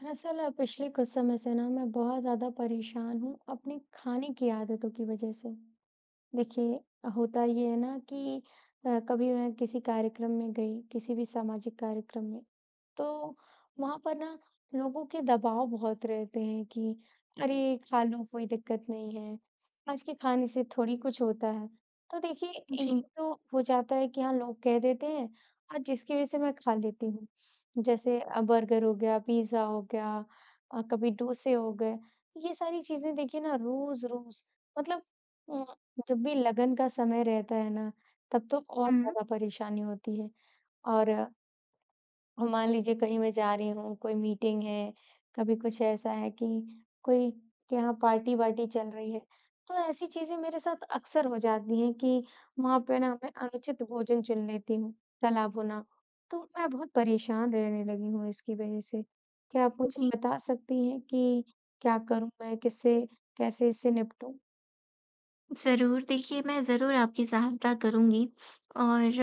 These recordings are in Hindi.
दरअसल पिछले कुछ समय से ना मैं बहुत ज़्यादा परेशान हूँ अपने खाने की आदतों की वजह से। देखिए, होता ये है ना कि कभी मैं किसी कार्यक्रम में गई, किसी भी सामाजिक कार्यक्रम में, तो वहाँ पर ना लोगों के दबाव बहुत रहते हैं कि अरे! खा लो, कोई दिक्कत नहीं है, आज के खाने से थोड़ी कुछ होता है। तो देखिए, ये जी, तो हो जाता है कि हाँ, लोग कह देते हैं और जिसकी वज़ह से मैं खा लेती हूँ। जैसे बर्गर हो गया, पिज़्ज़ा हो गया, कभी डोसे हो गए, ये सारी चीज़ें देखिए ना रोज़-रोज़। मतलब उम, जब भी लगन का समय रहता है ना, तब तो और हुँ, ज़्यादा परेशानी होती है। और अब मान लीजिए कहीं मैं जा रही हूँ, कोई मीटिंग है, कभी कुछ ऐसा है कि कोई के यहाँ पार्टी-वार्टी चल रही है, तो ऐसी चीज़ें मेरे साथ अक्सर हो जाती हैं कि वहाँ पे ना मैं अनुचित भोजन चुन लेती हूँ, तला भुना। तो मैं बहुत परेशान रहने लगी हूँ इसकी वज़ह से। क्या आप मुझे जी। बता सकती हैं कि क्या करूँ मैं? किससे कैसे इससे निपटूँ? ज़रूर, देखिए मैं ज़रूर आपकी सहायता करूँगी और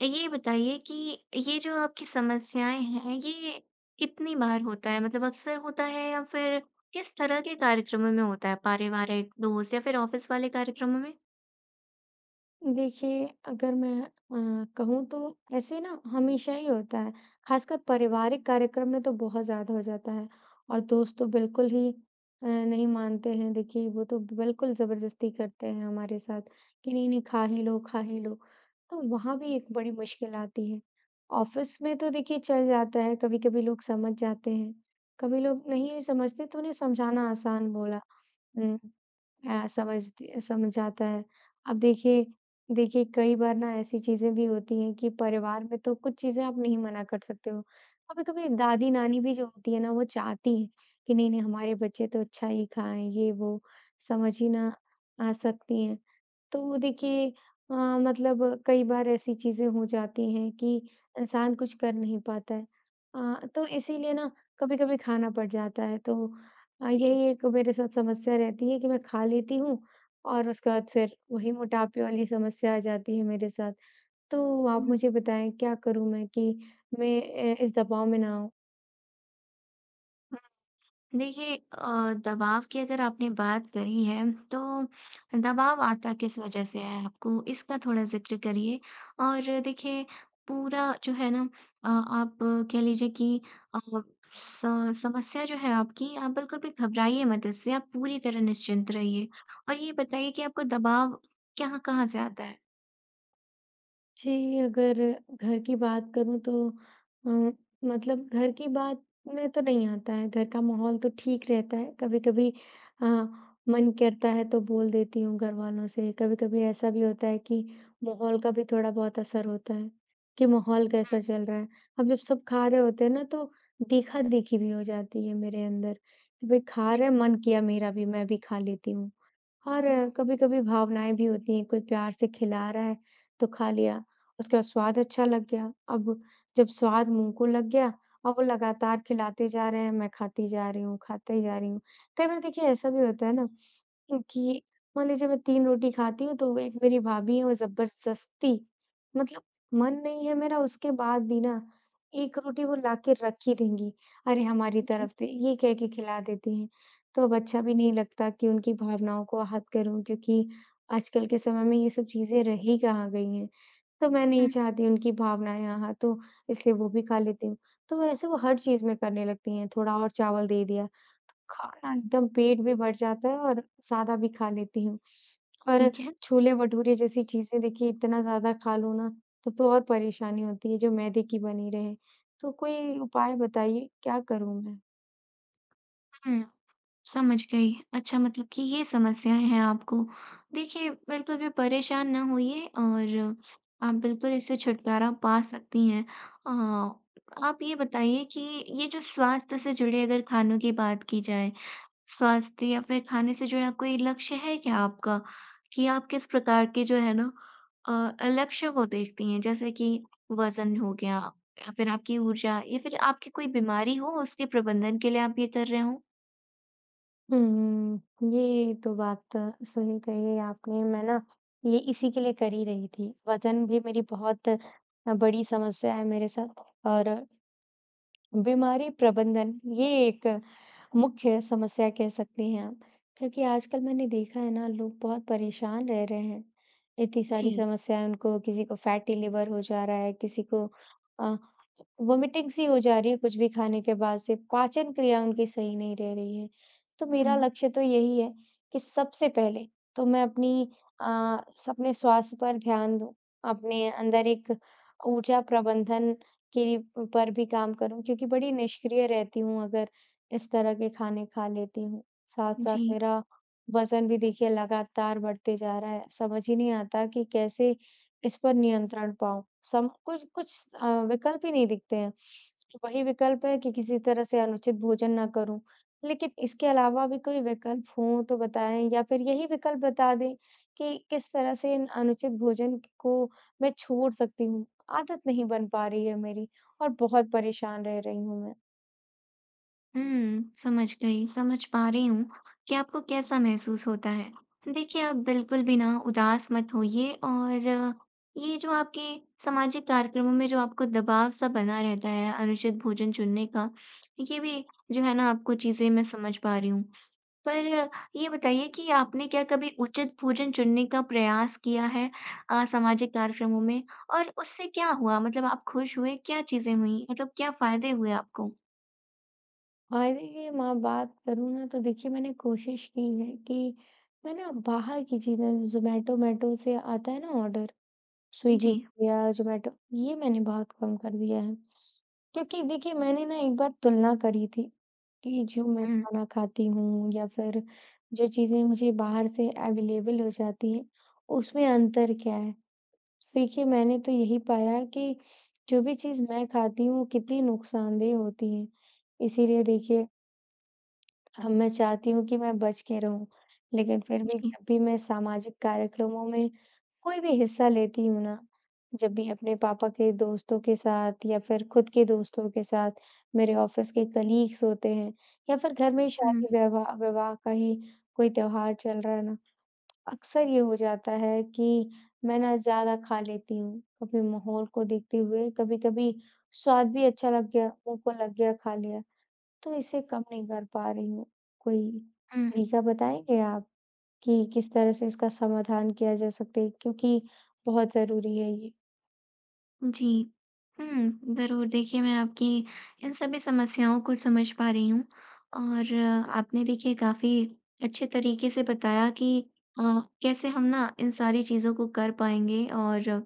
ये बताइए कि ये जो आपकी समस्याएँ हैं, ये कितनी बार होता है? मतलब अक्सर होता है या फिर किस तरह के कार्यक्रमों में होता है? पारिवारिक, दोस्त या फिर ऑफ़िस वाले कार्यक्रमों में? देखिए, अगर मैं कहूँ तो ऐसे ना हमेशा ही होता है, खासकर पारिवारिक कार्यक्रम में तो बहुत ज़्यादा हो जाता है और दोस्त तो बिल्कुल ही नहीं मानते हैं। देखिए, वो तो बिल्कुल ज़बरदस्ती करते हैं हमारे साथ कि नहीं-नहीं, खा ही लो, तो वहाँ भी एक बड़ी मुश्किल आती है। ऑफ़िस में तो देखिए चल जाता है, कभी-कभी लोग समझ जाते हैं, कभी लोग नहीं समझते तो उन्हें समझाना आसान बोला। हुँ। हाँ, समझ आता है। अब देखिए देखिए, कई बार ना ऐसी चीज़ें भी होती हैं कि परिवार में तो कुछ चीज़ें आप नहीं मना कर सकते हो। कभी-कभी दादी-नानी भी जो होती है ना, वो चाहती हैं कि नहीं-नहीं, हमारे बच्चे तो अच्छा ही खाएँ, ये वो समझ ही ना आ सकती हैं। तो देखिए, मतलब कई बार ऐसी चीज़ें हो जाती हैं कि इंसान कुछ कर नहीं पाता है। तो इसीलिए ना कभी-कभी खाना पड़ जाता है, तो हाँ, जी। यही एक मेरे साथ समस्या रहती है कि मैं खा लेती हूँ और उसके बाद फिर वही मोटापे वाली समस्या आ जाती है मेरे साथ। तो आप हुँ। मुझे बताएँ क्या करूँ मैं कि मैं इस दबाव में ना आऊँ? देखिए दबाव की अगर आपने बात करी है तो दबाव आता किस वजह से है आपको इसका थोड़ा जिक्र करिए और देखिए पूरा जो है ना आप कह लीजिए कि अ, समस्या जो है आपकी आप बिल्कुल भी घबराइए मत इससे आप पूरी तरह निश्चिंत रहिए और ये बताइए कि आपको दबाव कहाँ कहाँ से आता है। जी, अगर घर की बात करूँ तो अ, मतलब घर की बात में तो नहीं आता है, घर का माहौल तो ठीक रहता है। कभी-कभी अ, मन करता है तो बोल देती हूँ घरवालों से, कभी-कभी ऐसा भी होता है कि माहौल का भी थोड़ा बहुत असर होता है, कि माहौल कैसा चल रहा है। अब जब सब खा रहे होते हैं ना तो देखा-देखी भी हो जाती है मेरे अंदर, कि भाई खा जी रहे हैं, मन किया मेरा भी, मैं भी खा लेती हूँ। और हम्म, कभी-कभी भावनाएँ भी होती हैं, कोई प्यार से खिला रहा है तो खा लिया, उसके बाद स्वाद अच्छा लग गया। अब जब स्वाद मुँह को लग गया और वो लगातार खिलाते जा रहे हैं, मैं खाती जा रही हूँ, खाते जा रही हूँ। कई बार देखिए ऐसा भी होता है ना कि मान लीजिए मैं 3 रोटी खाती हूँ, तो एक मेरी भाभी है, वो ज़बरदस्ती, मतलब मन नहीं है मेरा उसके बाद भी ना 1 रोटी वो लाके रख ही देंगी। अरे! हमारी जी तरफ से ये कह के खिला देती हैं। तो अब अच्छा भी नहीं लगता कि उनकी भावनाओं को आहत करूँ, क्योंकि आजकल के समय में ये सब चीज़ें रह ही कहाँ गई हैं। तो मैं नहीं हम्म, चाहती उनकी भावनाएँ आहत हों, इसलिए वो भी खा लेती हूँ। तो वैसे वो हर चीज़ में करने लगती हैं, थोड़ा और चावल दे दिया, खाना एकदम पेट भी भर जाता है और सादा भी खा लेती हूँ। और ठीक छोले-भटूरे जैसी चीज़ें देखिए इतना ज़्यादा खा लूँ ना, तब तो और परेशानी होती है जो मैदे की बनी रहे। तो कोई उपाय बताइए, क्या करूँ मैं? है समझ गई। अच्छा मतलब कि ये समस्याएँ हैं आपको। देखिए, बिल्कुल भी परेशान ना होइए और आप बिल्कुल इससे छुटकारा पा सकती हैं। अ, आप ये बताइए कि ये जो स्वास्थ्य से जुड़े अगर खानों की बात की जाए, स्वास्थ्य या फिर खाने से जुड़ा कोई लक्ष्य है क्या आपका? कि आप किस प्रकार के जो है ना लक्ष्य को देखती हैं? जैसे कि वज़न हो गया या फिर आपकी ऊर्जा या फिर आपकी कोई बीमारी हो उसके प्रबंधन के लिए आप ये कर रहे हों? हुँ, ये तो बात सही कही है आपने। मैं ना ये इसी के लिए कर ही रही थी। वज़न भी मेरी बहुत बड़ी समस्या है मेरे साथ, और बीमारी प्रबंधन, ये एक मुख्य समस्या कह सकते हैं आप, क्योंकि आजकल मैंने देखा है ना लोग बहुत परेशान रह रहे हैं, इतनी सारी जी। समस्याएं उनको, किसी को फैटी लिवर हो जा रहा है, किसी को आ, वोमिटिंग सी हो जा रही है कुछ भी खाने के बाद से, पाचन क्रिया उनकी सही नहीं रह रही है। तो हुँ। मेरा लक्ष्य तो यही है कि सबसे पहले तो मैं आ, अपने स्वास्थ्य पर ध्यान दूं, अपने अंदर एक ऊर्जा प्रबंधन के पर भी काम करूँ, क्योंकि बड़ी निष्क्रिय रहती हूँ अगर इस तरह के खाने खा लेती हूँ। साथ-साथ जी, मेरा वज़न भी देखिए लगातार बढ़ते जा रहा है। समझ ही नहीं आता कि कैसे इस पर नियंत्रण पाऊँ। सम कुछ कुछ विकल्प ही नहीं दिखते हैं। वही विकल्प है कि किसी तरह से अनुचित भोजन ना करूँ। लेकिन इसके अलावा भी कोई विकल्प हो तो बताएँ, या फिर यही विकल्प बता दें कि किस तरह से इन अनुचित भोजन को मैं छोड़ सकती हूँ। आदत नहीं बन पा रही है मेरी, और बहुत परेशान रह रही हूँ मैं। हुँ, समझ गई, समझ पा रही हूँ कि आपको कैसा महसूस होता है। देखिए, आप बिल्कुल भी ना उदास मत होइए और ये जो आपके सामाजिक कार्यक्रमों में जो आपको दबाव-सा बना रहता है अनुचित भोजन चुनने का, ये भी जो है ना आपको चीज़ें मैं समझ पा रही हूँ। पर ये बताइए कि आपने क्या कभी उचित भोजन चुनने का प्रयास किया है सामाजिक कार्यक्रमों में और उससे क्या हुआ? मतलब आप खुश हुए, क्या चीज़ें हुईं? मतलब क्या फ़ायदे हुए आपको? और देखिए मैं बात करूँ ना तो देखिए मैंने कोशिश की है कि मैं ना बाहर की चीज़ें, ज़ोमैटो-मैटो से आता है ना ऑर्डर, जी। स्विगी या ज़ोमैटो, ये मैंने बहुत कम कर दिया है। क्योंकि देखिए मैंने ना एक बार तुलना करी थी कि जो मैं हुँ, खाना खाती हूँ या फिर जो चीज़ें मुझे बाहर से अवेलेबल हो जाती हैं, उसमें अंतर क्या है? देखिए, मैंने तो यही पाया कि जो भी चीज़ मैं खाती हूँ, वो कितनी नुकसानदेह होती है। इसीलिए देखिए, हम मैं चाहती हूँ कि मैं बच के रहूँ, लेकिन फिर भी जी। जब भी मैं सामाजिक कार्यक्रमों में कोई भी हिस्सा लेती हूँ ना, जब भी अपने पापा के दोस्तों के साथ या फिर खुद के दोस्तों के साथ, मेरे ऑफ़िस के कलीग्स होते हैं या फिर घर में हुँ, शादी-विवाह विवाह विवाह का ही कोई त्योहार चल रहा है ना, अक्सर ये हो जाता है कि मैं ना ज़्यादा खा लेती हूँ, कभी माहौल को देखते हुए, कभी-कभी स्वाद भी अच्छा लग गया, मुँह को लग गया, खा लिया, तो इसे कम नहीं कर पा रही हूँ। कोई हुँ। तरीका बताएँगे आप कि किस तरह से इसका समाधान किया जा सकते है? क्योंकि बहुत ज़रूरी है ये। जी। हुँ, ज़रूर देखिए मैं आपकी इन सभी समस्याओं को समझ पा रही हूँ और आपने देखिए काफ़ी अच्छे तरीके से बताया कि अ, कैसे हम ना इन सारी चीज़ों को कर पाएँगे और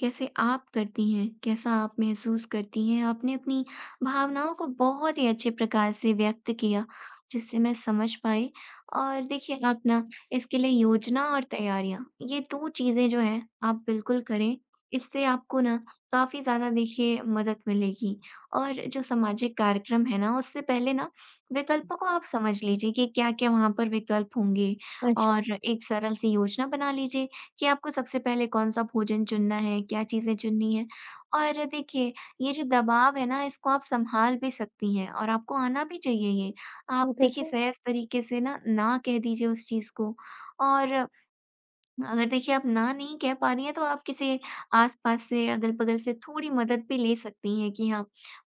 कैसे आप करती हैं, कैसा आप महसूस करती हैं। आपने अपनी भावनाओं को बहुत ही अच्छे प्रकार से व्यक्त किया, जिससे मैं समझ पाई और देखिए आप ना इसके लिए योजना और तैयारियाँ, ये 2 चीज़ें जो हैं आप बिल्कुल करें। इससे आपको ना काफ़ी ज़्यादा देखिए मदद मिलेगी और जो सामाजिक कार्यक्रम है ना, उससे पहले ना विकल्पों को आप समझ लीजिए कि क्या-क्या वहाँ पर विकल्प होंगे अच्छा। और एक सरल सी योजना बना लीजिए कि आपको सबसे पहले कौन-सा भोजन चुनना है, क्या चीज़ें चुननी हैं। और देखिए, ये जो दबाव है ना, इसको आप सँभाल भी सकती हैं और आपको आना भी चाहिए ये। आप वो देखिए कैसे? सहज तरीके से ना, ना कह दीजिए उस चीज़ को और अगर देखिए आप ना नहीं कह पा रही हैं तो आप किसी आस-पास से, अगल-बगल से थोड़ी मदद भी ले सकती हैं कि हाँ,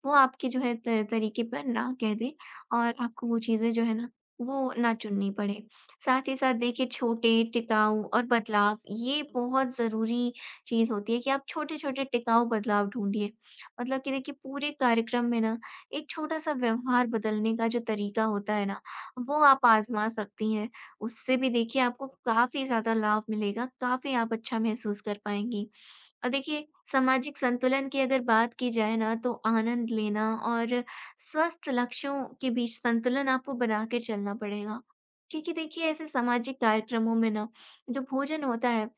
वो आपके जो है त तरीके पर ना कह दें और आपको वो चीज़ें जो है ना, वो ना चुननी पड़े। साथ ही साथ देखिए छोटे, टिकाऊ और बदलाव ये बहुत ज़रूरी चीज़ होती है कि आप छोटे-छोटे टिकाऊ बदलाव ढूँढिए। मतलब कि देखिए पूरे कार्यक्रम में ना एक छोटा-सा व्यवहार बदलने का जो तरीका होता है ना, वो आप आज़मा सकती हैं। उससे भी देखिए आपको काफ़ी ज़्यादा लाभ मिलेगा, काफ़ी आप अच्छा महसूस कर पाएँगी। और देखिए सामाजिक संतुलन की अगर बात की जाए ना तो आनंद लेना और स्वस्थ लक्ष्यों के बीच संतुलन आपको बना के चलना पड़ेगा। क्योंकि देखिए ऐसे सामाजिक कार्यक्रमों में ना जो भोजन होता है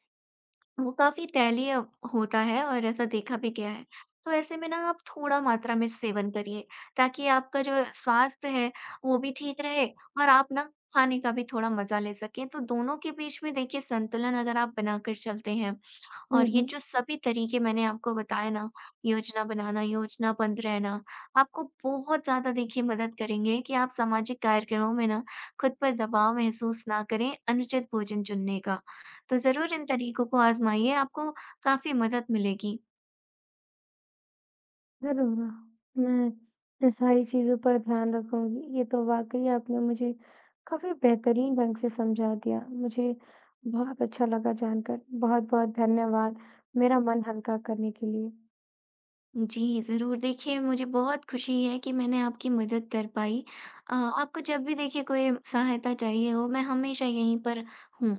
वो काफ़ी तैलीय होता है और ऐसा देखा भी गया है। तो ऐसे में ना आप थोड़ा मात्रा में सेवन करिए, ताकि आपका जो स्वास्थ्य है, वो भी ठीक रहे और आप ना खाने का भी थोड़ा मज़ा ले सकें। तो दोनों के बीच में देखिए संतुलन अगर आप बनाकर चलते हैं हुँ, और ये हुँ। जो सभी तरीके मैंने आपको बताए ना, योजना बनाना, योजनाबद्ध रहना, आपको बहुत ज़्यादा देखिए मदद करेंगे कि आप सामाजिक कार्यक्रमों में ना खुद पर दबाव महसूस ना करें अनुचित भोजन चुनने का। तो ज़रूर इन तरीकों को आज़माइए, आपको काफ़ी मदद मिलेगी। ज़रूर, मैं इन सारी चीज़ों पर ध्यान रखूँगी। ये तो वाक़ई आपने मुझे काफ़ी बेहतरीन ढंग से समझा दिया। मुझे बहुत अच्छा लगा जानकर। बहुत-बहुत धन्यवाद मेरा मन हल्का करने के लिए। जी, ज़रूर देखिए मुझे बहुत खुशी है कि मैंने आपकी मदद कर पाई। आपको जब भी देखिए कोई सहायता चाहिए हो, मैं हमेशा यहीं पर हूँ।